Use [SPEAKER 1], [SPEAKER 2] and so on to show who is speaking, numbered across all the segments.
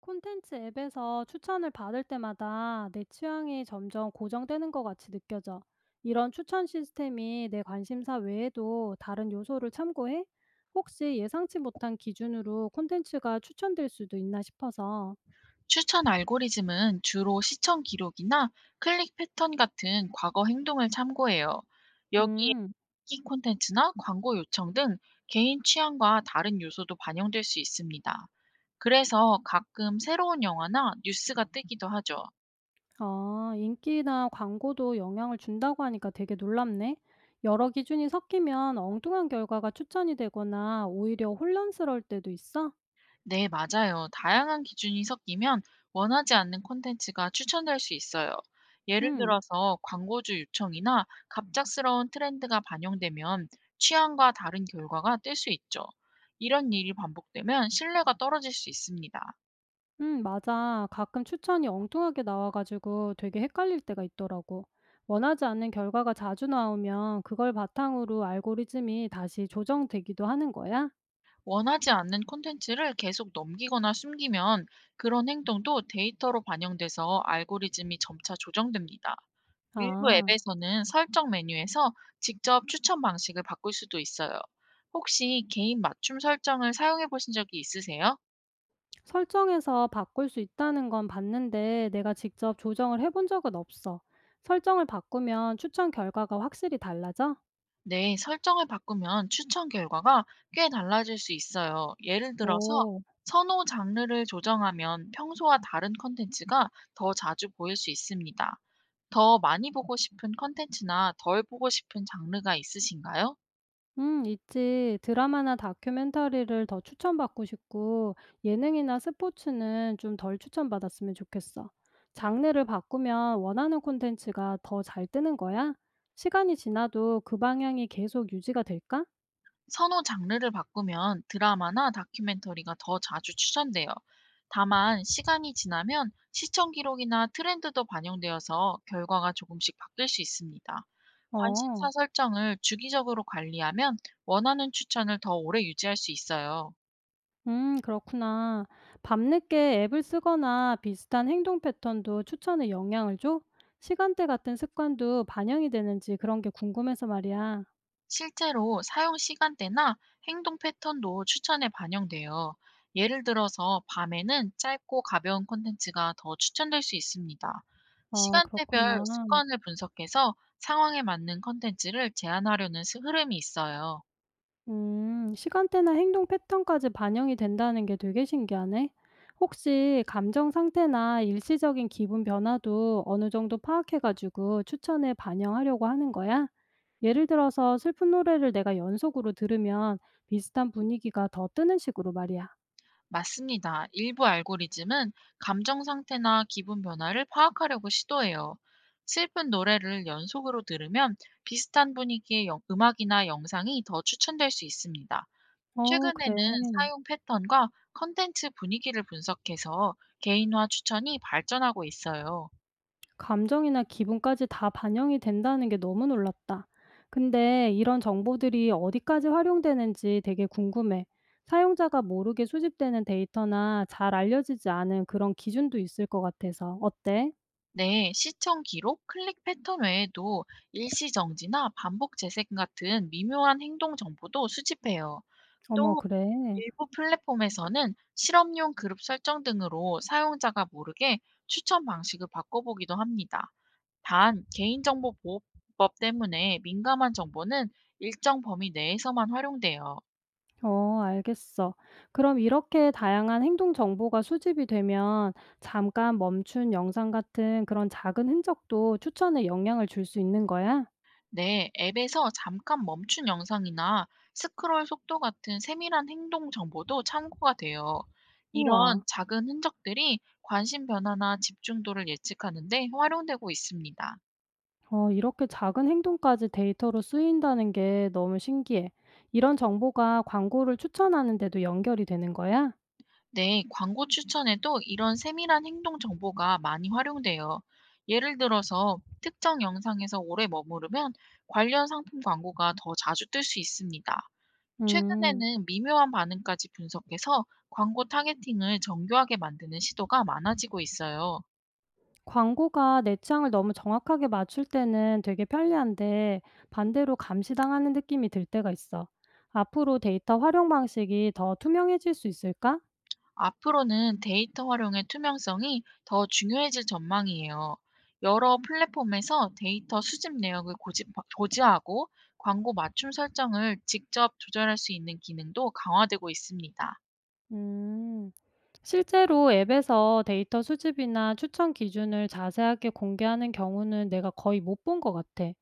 [SPEAKER 1] 콘텐츠 앱에서 추천을 받을 때마다 내 취향이 점점 고정되는 것 같이 느껴져. 이런 추천 시스템이 내 관심사 외에도 다른 요소를 참고해? 혹시 예상치 못한 기준으로 콘텐츠가 추천될 수도 있나 싶어서.
[SPEAKER 2] 추천 알고리즘은 주로 시청 기록이나 클릭 패턴 같은 과거 행동을 참고해요. 여기에
[SPEAKER 1] 음,
[SPEAKER 2] 인기 콘텐츠나 광고 요청 등 개인 취향과 다른 요소도 반영될 수 있습니다. 그래서 가끔 새로운 영화나 뉴스가 뜨기도 하죠.
[SPEAKER 1] 아, 인기나 광고도 영향을 준다고 하니까 되게 놀랍네. 여러 기준이 섞이면 엉뚱한 결과가 추천이 되거나 오히려 혼란스러울 때도 있어?
[SPEAKER 2] 네, 맞아요. 다양한 기준이 섞이면 원하지 않는 콘텐츠가 추천될 수 있어요. 예를
[SPEAKER 1] 음.
[SPEAKER 2] 들어서 광고주 요청이나 갑작스러운 트렌드가 반영되면 취향과 다른 결과가 뜰 수 있죠. 이런 일이 반복되면 신뢰가 떨어질 수 있습니다.
[SPEAKER 1] 응 맞아. 가끔 추천이 엉뚱하게 나와가지고 되게 헷갈릴 때가 있더라고. 원하지 않는 결과가 자주 나오면 그걸 바탕으로 알고리즘이 다시 조정되기도 하는 거야?
[SPEAKER 2] 원하지 않는 콘텐츠를 계속 넘기거나 숨기면 그런 행동도 데이터로 반영돼서 알고리즘이 점차 조정됩니다. 일부
[SPEAKER 1] 아,
[SPEAKER 2] 앱에서는 설정 메뉴에서 직접 추천 방식을 바꿀 수도 있어요. 혹시 개인 맞춤 설정을 사용해 보신 적이 있으세요?
[SPEAKER 1] 설정에서 바꿀 수 있다는 건 봤는데 내가 직접 조정을 해본 적은 없어. 설정을 바꾸면 추천 결과가 확실히 달라져?
[SPEAKER 2] 네, 설정을 바꾸면 추천 결과가 꽤 달라질 수 있어요. 예를 들어서
[SPEAKER 1] 오.
[SPEAKER 2] 선호 장르를 조정하면 평소와 다른 컨텐츠가 더 자주 보일 수 있습니다. 더 많이 보고 싶은 컨텐츠나 덜 보고 싶은 장르가 있으신가요?
[SPEAKER 1] 있지. 드라마나 다큐멘터리를 더 추천받고 싶고, 예능이나 스포츠는 좀 덜 추천받았으면 좋겠어. 장르를 바꾸면 원하는 콘텐츠가 더 잘 뜨는 거야? 시간이 지나도 그 방향이 계속 유지가 될까?
[SPEAKER 2] 선호 장르를 바꾸면 드라마나 다큐멘터리가 더 자주 추천돼요. 다만 시간이 지나면 시청 기록이나 트렌드도 반영되어서 결과가 조금씩 바뀔 수 있습니다. 관심사
[SPEAKER 1] 어,
[SPEAKER 2] 설정을 주기적으로 관리하면 원하는 추천을 더 오래 유지할 수 있어요.
[SPEAKER 1] 그렇구나. 밤늦게 앱을 쓰거나 비슷한 행동 패턴도 추천에 영향을 줘? 시간대 같은 습관도 반영이 되는지 그런 게 궁금해서 말이야.
[SPEAKER 2] 실제로 사용 시간대나 행동 패턴도 추천에 반영돼요. 예를 들어서 밤에는 짧고 가벼운 콘텐츠가 더 추천될 수 있습니다.
[SPEAKER 1] 어,
[SPEAKER 2] 시간대별
[SPEAKER 1] 그렇구나.
[SPEAKER 2] 습관을 분석해서 상황에 맞는 콘텐츠를 제한하려는 흐름이 있어요.
[SPEAKER 1] 시간대나 행동 패턴까지 반영이 된다는 게 되게 신기하네. 혹시 감정 상태나 일시적인 기분 변화도 어느 정도 파악해가지고 추천에 반영하려고 하는 거야? 예를 들어서 슬픈 노래를 내가 연속으로 들으면 비슷한 분위기가 더 뜨는 식으로 말이야.
[SPEAKER 2] 맞습니다. 일부 알고리즘은 감정 상태나 기분 변화를 파악하려고 시도해요. 슬픈 노래를 연속으로 들으면 비슷한 분위기의 음악이나 영상이 더 추천될 수 있습니다.
[SPEAKER 1] 어, 그래.
[SPEAKER 2] 최근에는 사용 패턴과 컨텐츠 분위기를 분석해서 개인화 추천이 발전하고 있어요.
[SPEAKER 1] 감정이나 기분까지 다 반영이 된다는 게 너무 놀랍다. 근데 이런 정보들이 어디까지 활용되는지 되게 궁금해. 사용자가 모르게 수집되는 데이터나 잘 알려지지 않은 그런 기준도 있을 것 같아서. 어때?
[SPEAKER 2] 네, 시청 기록, 클릭 패턴 외에도 일시 정지나 반복 재생 같은 미묘한 행동 정보도 수집해요.
[SPEAKER 1] 어머,
[SPEAKER 2] 또
[SPEAKER 1] 그래.
[SPEAKER 2] 일부 플랫폼에서는 실험용 그룹 설정 등으로 사용자가 모르게 추천 방식을 바꿔보기도 합니다. 단, 개인정보보호법 때문에 민감한 정보는 일정 범위 내에서만 활용돼요.
[SPEAKER 1] 어, 알겠어. 그럼 이렇게 다양한 행동 정보가 수집이 되면 잠깐 멈춘 영상 같은 그런 작은 흔적도 추천에 영향을 줄 수 있는 거야?
[SPEAKER 2] 네, 앱에서 잠깐 멈춘 영상이나 스크롤 속도 같은 세밀한 행동 정보도 참고가 돼요.
[SPEAKER 1] 우와.
[SPEAKER 2] 이런 작은 흔적들이 관심 변화나 집중도를 예측하는데 활용되고 있습니다.
[SPEAKER 1] 어, 이렇게 작은 행동까지 데이터로 쓰인다는 게 너무 신기해. 이런 정보가 광고를 추천하는 데도 연결이 되는 거야?
[SPEAKER 2] 네, 광고 추천에도 이런 세밀한 행동 정보가 많이 활용돼요. 예를 들어서 특정 영상에서 오래 머무르면 관련 상품 광고가 더 자주 뜰 수 있습니다.
[SPEAKER 1] 음,
[SPEAKER 2] 최근에는 미묘한 반응까지 분석해서 광고 타겟팅을 정교하게 만드는 시도가 많아지고 있어요.
[SPEAKER 1] 광고가 내 취향을 너무 정확하게 맞출 때는 되게 편리한데 반대로 감시당하는 느낌이 들 때가 있어. 앞으로 데이터 활용 방식이 더 투명해질 수 있을까?
[SPEAKER 2] 앞으로는 데이터 활용의 투명성이 더 중요해질 전망이에요. 여러 플랫폼에서 데이터 수집 내역을 고지하고 광고 맞춤 설정을 직접 조절할 수 있는 기능도 강화되고 있습니다.
[SPEAKER 1] 음. 실제로 앱에서 데이터 수집이나 추천 기준을 자세하게 공개하는 경우는 내가 거의 못 본 것 같아.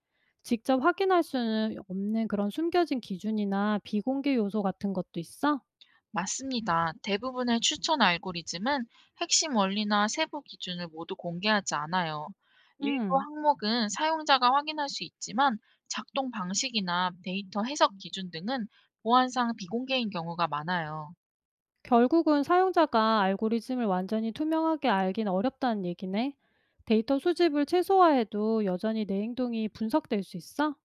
[SPEAKER 1] 직접 확인할 수는 없는 그런 숨겨진 기준이나 비공개 요소 같은 것도 있어?
[SPEAKER 2] 맞습니다. 대부분의 추천 알고리즘은 핵심 원리나 세부 기준을 모두 공개하지 않아요. 일부
[SPEAKER 1] 음.
[SPEAKER 2] 항목은 사용자가 확인할 수 있지만 작동 방식이나 데이터 해석 기준 등은 보안상 비공개인 경우가 많아요.
[SPEAKER 1] 결국은 사용자가 알고리즘을 완전히 투명하게 알긴 어렵다는 얘기네. 데이터 수집을 최소화해도 여전히 내 행동이 분석될 수 있어?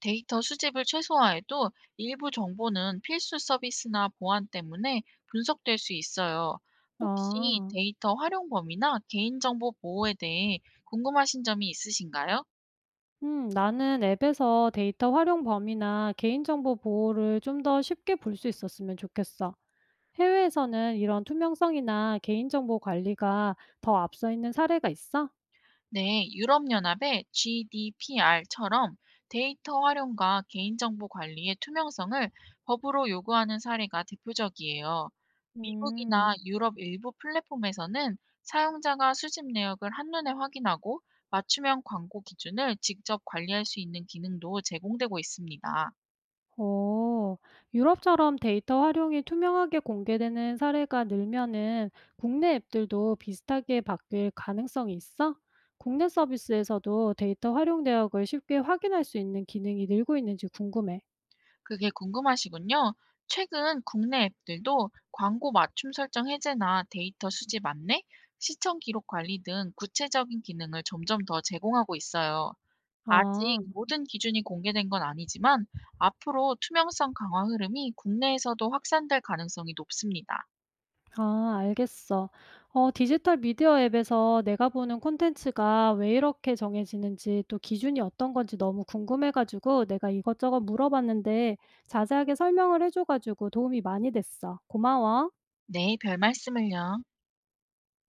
[SPEAKER 2] 데이터 수집을 최소화해도 일부 정보는 필수 서비스나 보안 때문에 분석될 수 있어요. 혹시
[SPEAKER 1] 아.
[SPEAKER 2] 데이터 활용 범위나 개인정보 보호에 대해 궁금하신 점이 있으신가요?
[SPEAKER 1] 나는 앱에서 데이터 활용 범위나 개인정보 보호를 좀 더 쉽게 볼 수 있었으면 좋겠어. 해외에서는 이런 투명성이나 개인정보 관리가 더 앞서 있는 사례가 있어?
[SPEAKER 2] 네, 유럽연합의 GDPR처럼 데이터 활용과 개인정보 관리의 투명성을 법으로 요구하는 사례가 대표적이에요. 미국이나
[SPEAKER 1] 음,
[SPEAKER 2] 유럽 일부 플랫폼에서는 사용자가 수집 내역을 한눈에 확인하고 맞춤형 광고 기준을 직접 관리할 수 있는 기능도 제공되고 있습니다.
[SPEAKER 1] 오, 유럽처럼 데이터 활용이 투명하게 공개되는 사례가 늘면은 국내 앱들도 비슷하게 바뀔 가능성이 있어? 국내 서비스에서도 데이터 활용 내역을 쉽게 확인할 수 있는 기능이 늘고 있는지 궁금해.
[SPEAKER 2] 그게 궁금하시군요. 최근 국내 앱들도 광고 맞춤 설정 해제나 데이터 수집 안내, 시청 기록 관리 등 구체적인 기능을 점점 더 제공하고 있어요. 아직
[SPEAKER 1] 아.
[SPEAKER 2] 모든 기준이 공개된 건 아니지만 앞으로 투명성 강화 흐름이 국내에서도 확산될 가능성이 높습니다.
[SPEAKER 1] 아, 알겠어. 어, 디지털 미디어 앱에서 내가 보는 콘텐츠가 왜 이렇게 정해지는지 또 기준이 어떤 건지 너무 궁금해가지고 내가 이것저것 물어봤는데 자세하게 설명을 해줘가지고 도움이 많이 됐어. 고마워.
[SPEAKER 2] 네, 별 말씀을요.